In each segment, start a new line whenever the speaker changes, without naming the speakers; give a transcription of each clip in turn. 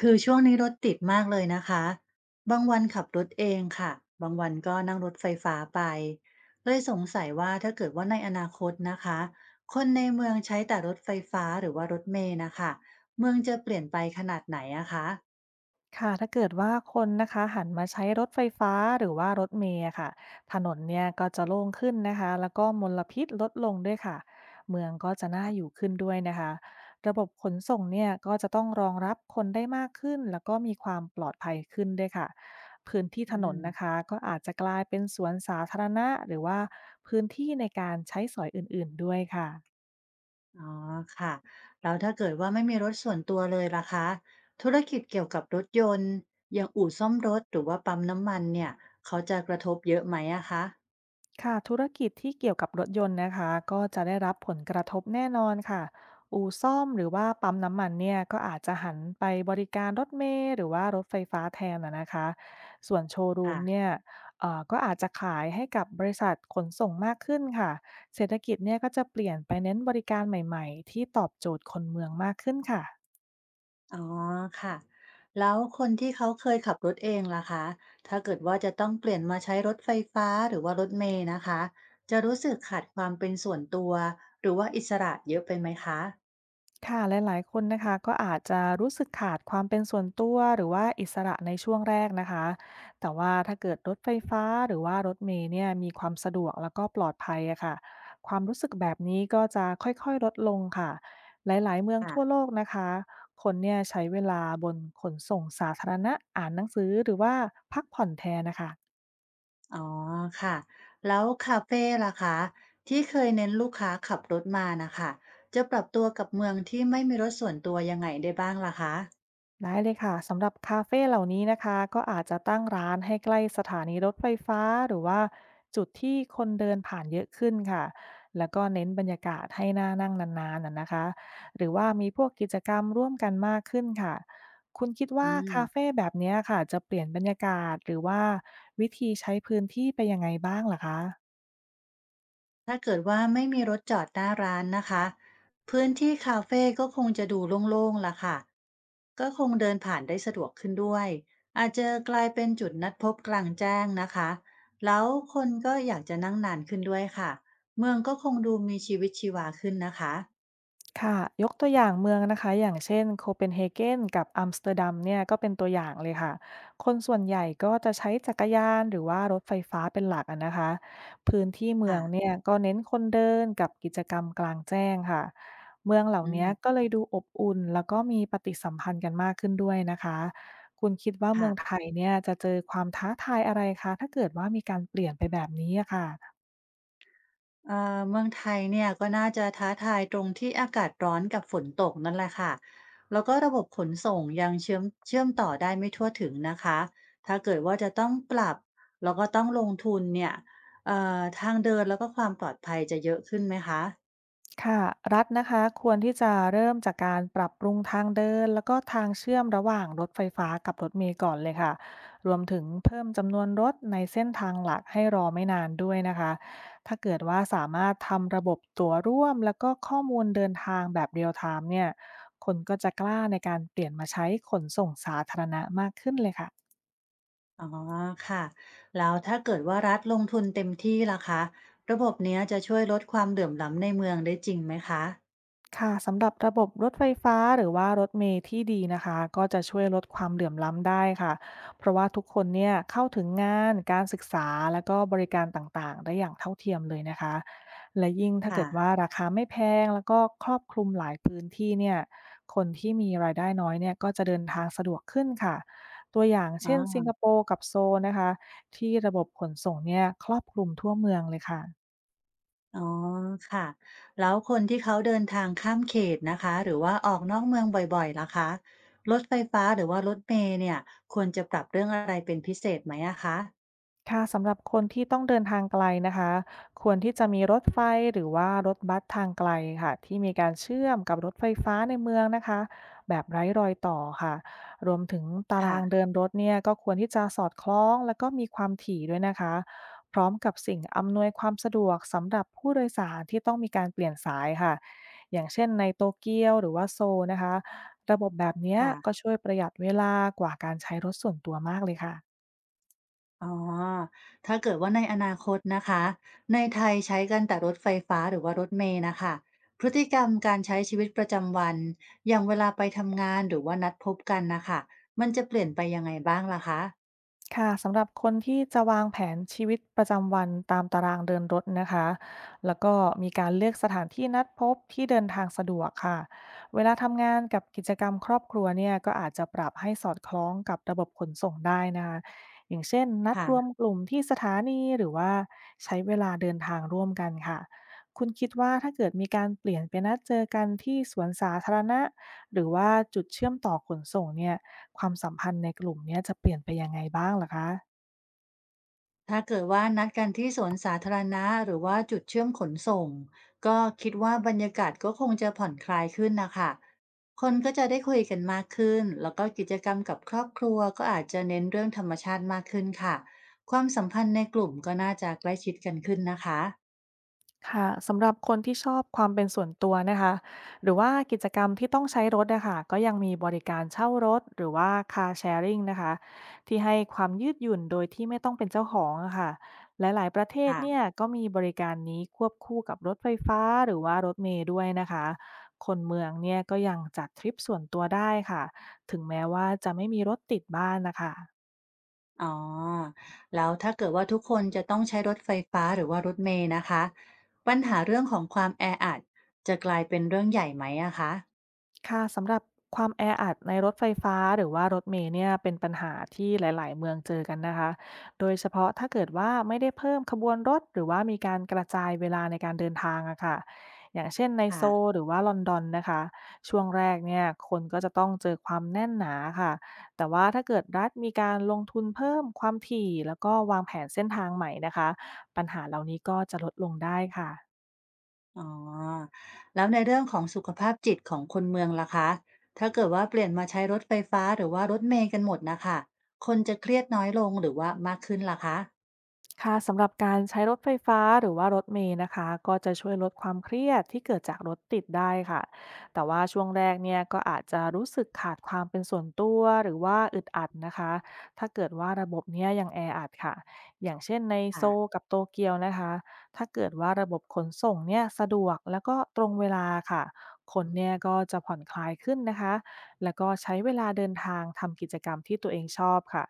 คือช่วงนี้รถติดมากเลยนะคะบางวันขับรถเองค่ะบางวันก็นั่งรถไฟฟ้าไป เลยสงสัยว่าถ้าเกิดว่าในอนาคตนะคะคนในเมืองใช้แต่รถไฟฟ้าหรือว่ารถเมล์นะคะ เมืองจะเปลี่ยนไปขนาดไหนอะคะ
ค่ะถ้าเกิดว่าคนนะคะหันมาใช้รถไฟฟ้าหรือว่ารถเมล์อะค่ะถนนเนี่ยก็จะโล่งขึ้นนะคะแล้วก็มลพิษลดลงด้วยค่ะเมืองก็จะน่าอยู่ขึ้นด้วยนะคะระบบขนส่งเนี่ยก็จะต้องรองรับคนได้มากขึ้นแล้วก็มีความปลอดภัยขึ้นด้วยค่ะพื้นที่
อื
ถนน
ม
นะคะก็อาจจะกลายเป็นสวนสาธารณะหรือว่าพื้นที่ในการใช้สอยอื่นๆด้วยค่ะ
อ๋อค่ะแล้วถ้าเกิดว่าไม่มีรถส่วนตัวเลยล่ะคะ ธุรกิจเกี่ยวกับรถยนต์อย่างอู่ซ่อมรถหรือว่าปั๊มน้ำมันเนี่ยเขาจะกระทบเยอะไหมอะคะ
ค่ะธุรกิจที่เกี่ยวกับรถยนต์นะคะก็จะได้รับผลกระทบแน่นอนค่ะอู่ซ่อมหรือว่าปั๊มน้ำมันเนี่ยก็อาจจะหันไปบริการรถเมล์หรือว่ารถไฟฟ้าแทนนะคะส่วนโชว์รูม
ค่ะ
เนี่ยก็อาจจะขายให้กับบริษัทขนส่งมากขึ้นค่ะเศรษฐกิจเนี่ยก็จะเปลี่ยนไปเน้นบริการใหม่ๆที่ตอบโจทย์คนเมืองมากขึ้นค่ะ
อ๋อค่ะแล้วคนที่เขาเคยขับรถเองล่ะคะถ้าเกิดว่าจะต้องเปลี่ยนมาใช้รถไฟฟ้าหรือว่ารถเมล์นะคะจะรู้สึกขาดความเป็นส่วนตัวหรือว่าอิสระเยอะไปไหมคะ
ค่ะหลายๆคนนะคะก็อาจจะรู้สึกขาดความเป็นส่วนตัวหรือว่าอิสระในช่วงแรกนะคะแต่ว่าถ้าเกิดรถไฟฟ้าหรือว่ารถเมล์เนี่ยมีความสะดวกแล้วก็ปลอดภัยอะค่ะความรู้สึกแบบนี้ก็จะค่อยๆลดลงค่ะหลายๆเมืองทั่วโล
ค่ะ
กนะคะคนเนี่ยใช้เวลาบนขนส่งสาธารณะอ่านหนังสือหรือว่าพักผ่อนแทนนะคะ
อ๋อค่ะแล้วคาเฟ่ล่ะคะที่เคยเน้นลูกค้าขับรถมานะคะจะปรับตัวกับเมืองที่ไม่มีรถส่วนตัวยังไงได้บ้างล่ะคะ
ได้เลยค่ะสำหรับคาเฟ่เหล่านี้นะคะก็อาจจะตั้งร้านให้ใกล้สถานีรถไฟฟ้าหรือว่าจุดที่คนเดินผ่านเยอะขึ้นค่ะแล้วก็เน้นบรรยากาศให้น่านั่งนานๆน่ะนะคะหรือว่ามีพวกกิจกรรมร่วมกันมากขึ้นค่ะคุณคิดว่า
อื
คาเฟ่
ม
แบบเนี้ยค่ะจะเปลี่ยนบรรยากาศหรือว่าวิธีใช้พื้นที่ไปยังไงบ้างล่ะคะ
ถ้าเกิดว่าไม่มีรถจอดหน้าร้านนะคะพื้นที่คาเฟ่ก็คงจะดูโล่งๆล่ะค่ะก็คงเดินผ่านได้สะดวกขึ้นด้วยอาจจะกลายเป็นจุดนัดพบกลางแจ้งนะคะแล้วคนก็อยากจะนั่งนานขึ้นด้วยค่ะเมืองก็คงดูมีชีวิตชีวาขึ้นนะคะ
ค่ะยกตัวอย่างเมืองนะคะอย่างเช่นโคเปนเฮเกนกับอัมสเตอร์ดัมเนี่ยก็เป็นตัวอย่างเลยค่ะคนส่วนใหญ่ก็จะใช้จักรยานหรือว่ารถไฟฟ้าเป็นหลักอะนะคะพื้นที่เมือ
ค่ะ
งเนี่ยก็เน้นคนเดินกับกิจกรรมกลางแจ้งค่ะเมืองเหล่า
อื
นี้
ม
ก็เลยดูอบอุ่นแล้วก็มีปฏิสัมพันธ์กันมากขึ้นด้วยนะคะคุณคิดว่าเมื
ค่ะ
องไทยเนี่ยจะเจอความท้าทายอะไรคะถ้าเกิดว่ามีการเปลี่ยนไปแบบนี้อะค่ะ
อ่าเมืองไทยเนี่ยก็น่าจะท้าทายตรงที่อากาศร้อนกับฝนตกนั่นแหละค่ะแล้วก็ระบบขนส่งยังเชื่อมต่อได้ไม่ทั่วถึงนะคะถ้าเกิดว่าจะต้องปรับแล้วก็ต้องลงทุนเนี่ยทางเดินแล้วก็ความปลอดภัยจะเยอะขึ้นไหมคะ
ค่ะรัฐนะคะควรที่จะเริ่มจากการปรับปรุงทางเดินแล้วก็ทางเชื่อมระหว่างรถไฟฟ้ากับรถเมล์ก่อนเลยค่ะรวมถึงเพิ่มจำนวนรถในเส้นทางหลักให้รอไม่นานด้วยนะคะถ้าเกิดว่าสามารถทำระบบตั๋วร่วมแล้วก็ข้อมูลเดินทางแบบเรียลไทม์เนี่ยคนก็จะกล้าในการเปลี่ยนมาใช้ขนส่งสาธารณะมากขึ้นเลยค่ะ
อ๋อค่ะแล้วถ้าเกิดว่ารัฐลงทุนเต็มที่ล่ะคะระบบเนี้ยจะช่วยลดความเหลื่อมล้ำในเมืองได้จริงไหมคะ
ค่ะสำหรับระบบรถไฟฟ้าหรือว่ารถเมล์ที่ดีนะคะก็จะช่วยลดความเหลื่อมล้ำได้ค่ะเพราะว่าทุกคนเนี่ยเข้าถึงงานการศึกษาและก็บริการต่างๆได้อย่างเท่าเทียมเลยนะคะและยิ่งถ้า
ค่ะ
เกิดว่าราคาไม่แพงแล้วก็ครอบคลุมหลายพื้นที่เนี่ยคนที่มีรายได้น้อยเนี่ยก็จะเดินทางสะดวกขึ้นค่ะตัวอย่าง
อ๋
เช่นสิง
อ
คโปร์กับโซลนะคะที่ระบบขนส่งเนี่ยครอบคลุมทั่วเมืองเลยค่ะ
อ๋อค่ะแล้วคนที่เขาเดินทางข้ามเขตนะคะหรือว่าออกนอกเมืองบ่อยๆล่ะคะรถไฟฟ้าหรือว่ารถเมล์เนี่ยควรจะปรับเรื่องอะไรเป็นพิเศษไหมอะคะ
ค่ะสำหรับคนที่ต้องเดินทางไกลนะคะควรที่จะมีรถไฟหรือว่ารถบัสทางไกลค่ะที่มีการเชื่อมกับรถไฟฟ้าในเมืองนะคะแบบไร้รอยต่อค่ะรวมถึงตารา
ค่ะ
งเดินรถเนี่ยก็ควรที่จะสอดคล้องแล้วก็มีความถี่ด้วยนะคะพร้อมกับสิ่งอำนวยความสะดวกสำหรับผู้โดยสารที่ต้องมีการเปลี่ยนสายค่ะอย่างเช่นในโตเกียวหรือว่าโซลนะคะระบบแบบเนี้ยก็
ค่ะ
ช่วยประหยัดเวลากว่าการใช้รถส่วนตัวมากเลยค่ะ
อ๋อถ้าเกิดว่าในอนาคตนะคะในไทยใช้กันแต่รถไฟฟ้าหรือว่ารถเมล์นะคะพฤติกรรมการใช้ชีวิตประจำวันอย่างเวลาไปทำงานหรือว่านัดพบกันนะคะมันจะเปลี่ยนไปยังไงบ้างล่ะคะ
ค่ะสำหรับคนที่จะวางแผนชีวิตประจำวันตามตารางเดินรถนะคะแล้วก็มีการเลือกสถานที่นัดพบที่เดินทางสะดวกค่ะเวลาทำงานกับกิจกรรมครอบครัวเนี่ยก็อาจจะปรับให้สอดคล้องกับระบบขนส่งได้นะคะอย่างเช่นนัดรวม
ค่ะ
กลุ่มที่สถานีหรือว่าใช้เวลาเดินทางร่วมกันค่ะคุณคิดว่าถ้าเกิดมีการเปลี่ยนไปนัดเจอกันที่สวนสาธารณะหรือว่าจุดเชื่อมต่อขนส่งเนี่ย ความสัมพันธ์ในกลุ่มเนี้ยจะเปลี่ยนไปยังไงบ้างเหรอคะ
ถ้าเกิดว่านัดกันที่สวนสาธารณะหรือว่าจุดเชื่อมขนส่งก็คิดว่าบรรยากาศก็คงจะผ่อนคลายขึ้นนะคะ คนก็จะได้คุยกันมากขึ้นแล้วก็กิจกรรมกับครอบครัวก็อาจจะเน้นเรื่องธรรมชาติมากขึ้นค่ะ ความสัมพันธ์ในกลุ่มก็น่าจะใกล้ชิดกันขึ้นนะคะ
ค่ะสำหรับคนที่ชอบความเป็นส่วนตัวนะคะหรือว่ากิจกรรมที่ต้องใช้รถอะค่ะก็ยังมีบริการเช่ารถหรือว่า Car Sharing นะคะที่ให้ความยืดหยุ่นโดยที่ไม่ต้องเป็นเจ้าของอะค่ะหลายๆประเทศ
ค่ะ
เนี่ยก็มีบริการนี้ควบคู่กับรถไฟฟ้าหรือว่ารถเมล์ด้วยนะคะคนเมืองเนี่ยก็ยังจัดทริปส่วนตัวได้ค่ะถึงแม้ว่าจะไม่มีรถติดบ้านน่ะค่ะ
อ๋อแล้วถ้าเกิดว่าทุกคนจะต้องใช้รถไฟฟ้าหรือว่ารถเมล์นะคะปัญหาเรื่องของความแออัดจะกลายเป็นเรื่องใหญ่ไหมอะคะ
ค่ะสำหรับความแออัดในรถไฟฟ้าหรือว่ารถเมล์เนี่ยเป็นปัญหาที่หลายๆเมืองเจอกันนะคะโดยเฉพาะถ้าเกิดว่าไม่ได้เพิ่มขบวนรถหรือว่ามีการกระจายเวลาในการเดินทางอะค่ะอย่างเช่นในโซ
ค่ะ
ลหรือว่าลอนดอนนะคะช่วงแรกเนี่ยคนก็จะต้องเจอความแน่นหนาค่ะแต่ว่าถ้าเกิดรัฐมีการลงทุนเพิ่มความถี่แล้วก็วางแผนเส้นทางใหม่นะคะปัญหาเหล่านี้ก็จะลดลงได้ค่ะ
อ๋อแล้วในเรื่องของสุขภาพจิตของคนเมืองล่ะคะถ้าเกิดว่าเปลี่ยนมาใช้รถไฟฟ้าหรือว่ารถเมล์กันหมดนะค่ะคนจะเครียดน้อยลงหรือว่ามากขึ้นล่ะคะ
ค่ะสำหรับการใช้รถไฟฟ้าหรือว่ารถเมล์นะคะก็จะช่วยลดความเครียดที่เกิดจากรถติดได้ค่ะแต่ว่าช่วงแรกเนี่ยก็อาจจะรู้สึกขาดความเป็นส่วนตัวหรือว่าอึดอัดนะคะถ้าเกิดว่าระบบเนี้ยยังแออัดค่ะอย่างเช่นในโซ
ค่ะ
ลกับโตเกียวนะคะถ้าเกิดว่าระบบขนส่งเนี่ยสะดวกแล้วก็ตรงเวลาค่ะคนเนี่ยก็จะผ่อนคลายขึ้นนะคะแล้วก็ใช้เวลาเดินทางทำกิจกรรมที่ตัวเองชอบค่ะ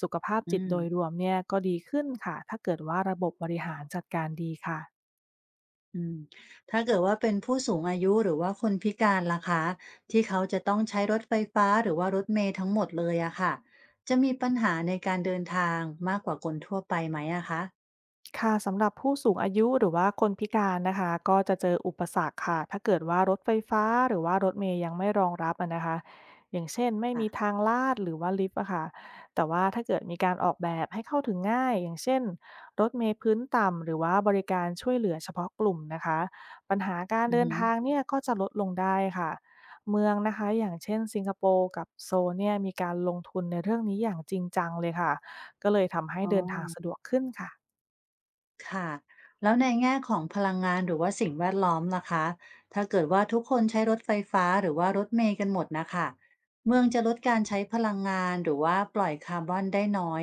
สุขภาพ
อื
จิต
ม
โดยรวมเนี่ยก็ดีขึ้นค่ะถ้าเกิดว่าระบบบริหารจัดการดีค่ะ
อืมถ้าเกิดว่าเป็นผู้สูงอายุหรือว่าคนพิการล่ะคะที่เขาจะต้องใช้รถไฟฟ้าหรือว่ารถเมล์ทั้งหมดเลยอะค่ะจะมีปัญหาในการเดินทางมากกว่าคนทั่วไปไหมอะคะ
ค่ะสำหรับผู้สูงอายุหรือว่าคนพิการนะคะก็จะเจออุปสรรคค่ะถ้าเกิดว่ารถไฟฟ้าหรือว่ารถเมย์ยังไม่รองรับอะนะคะอย่างเช่นไม่มี
ค่ะ
ทางลาดหรือว่าลิฟต์อะค่ะแต่ว่าถ้าเกิดมีการออกแบบให้เข้าถึงง่ายอย่างเช่นรถเมย์พื้นต่ำหรือว่าบริการช่วยเหลือเฉพาะกลุ่มนะคะปัญหาการ
อือ
เดิน
ฮึ
ทางเนี่ยก็จะลดลงได้ค่ะเมืองนะคะอย่างเช่นสิงคโปร์กับโซลเนี่ยมีการลงทุนในเรื่องนี้อย่างจริงจังเลยค่ะก็เลยทำให้
อ๋อ
เดินทางสะดวกขึ้นค่ะ
ค่ะแล้วในแง่ของพลังงานหรือว่าสิ่งแวดล้อมล่ะคะถ้าเกิดว่าทุกคนใช้รถไฟฟ้าหรือว่ารถเมล์กันหมดนะคะเมืองจะลดการใช้พลังงานหรือว่าปล่อยคาร์บอนได้น้อย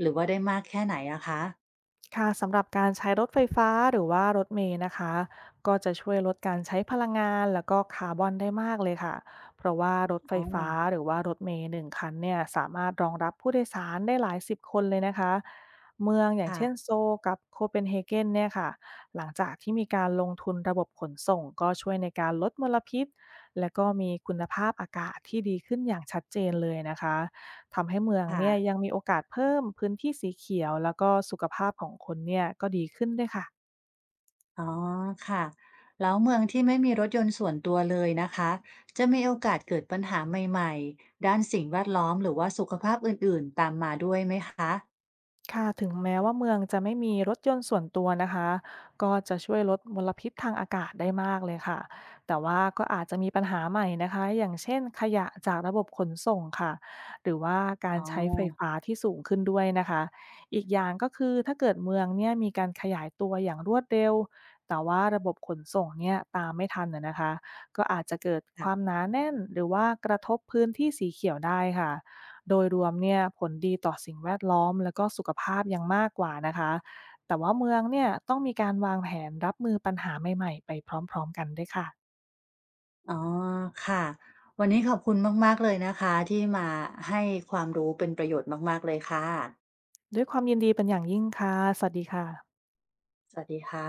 หรือว่าได้มากแค่ไหนอะคะ
ค่ะสำหรับการใช้รถไฟฟ้าหรือว่ารถเมล์นะคะก็จะช่วยลดการใช้พลังงานแล้วก็คาร์บอนได้มากเลยค่ะเพราะว่ารถไฟ
อ๋
ฟ้า
อ
หรือว่ารถเมล์หนึ่งคันเนี่ยสามารถรองรับผู้โดยสารได้หลายสิบคนเลยนะคะเมืองอย่างเช่น
ค่ะ
โซลกับโคเปนเฮเกนเนี่ยค่ะหลังจากที่มีการลงทุนระบบขนส่งก็ช่วยในการลดมลพิษและก็มีคุณภาพอากาศที่ดีขึ้นอย่างชัดเจนเลยนะคะ ทำให้เมือง
ค่ะ
เนี่ยยังมีโอกาสเพิ่มพื้นที่สีเขียวแล้วก็สุขภาพของคนเนี่ยก็ดีขึ้นด้วยค่ะ
อ๋อค่ะแล้วเมืองที่ไม่มีรถยนต์ส่วนตัวเลยนะคะจะมีโอกาสเกิดปัญหาใหม่ๆด้านสิ่งแวดล้อมหรือว่าสุขภาพอื่นๆตามมาด้วยไหมคะ
ค่ะถึงแม้ว่าเมืองจะไม่มีรถยนต์ส่วนตัวนะคะก็จะช่วยลดมลพิษทางอากาศได้มากเลยค่ะแต่ว่าก็อาจจะมีปัญหาใหม่นะคะอย่างเช่นขยะจากระบบขนส่งค่ะหรือว่าการ
อ๋อ
ใช้ไฟฟ้าที่สูงขึ้นด้วยนะคะอีกอย่างก็คือถ้าเกิดเมืองเนี่ยมีการขยายตัวอย่างรวดเร็วแต่ว่าระบบขนส่งเนี่ยตามไม่ทันนะคะก็อาจจะเกิดค
ค่ะ
วามหนาแน่นหรือว่ากระทบพื้นที่สีเขียวได้ค่ะ โดยรวมเนี่ยผลดีต่อสิ่งแวดล้อมและก็สุขภาพยังมากกว่านะคะแต่ว่าเมืองเนี่ยต้องมีการวางแผนรับมือปัญหาใหม่ๆไปพร้อมๆกันด้วยค่ะ
อ๋อค่ะวันนี้ขอบคุณมากๆเลยนะคะที่มาให้ความรู้เป็นประโยชน์มากๆเลยค่ะ
ด้วยความยินดีเป็นอย่างยิ่งค่ะสวัสดีค่ะ
สวัสดีค่ะ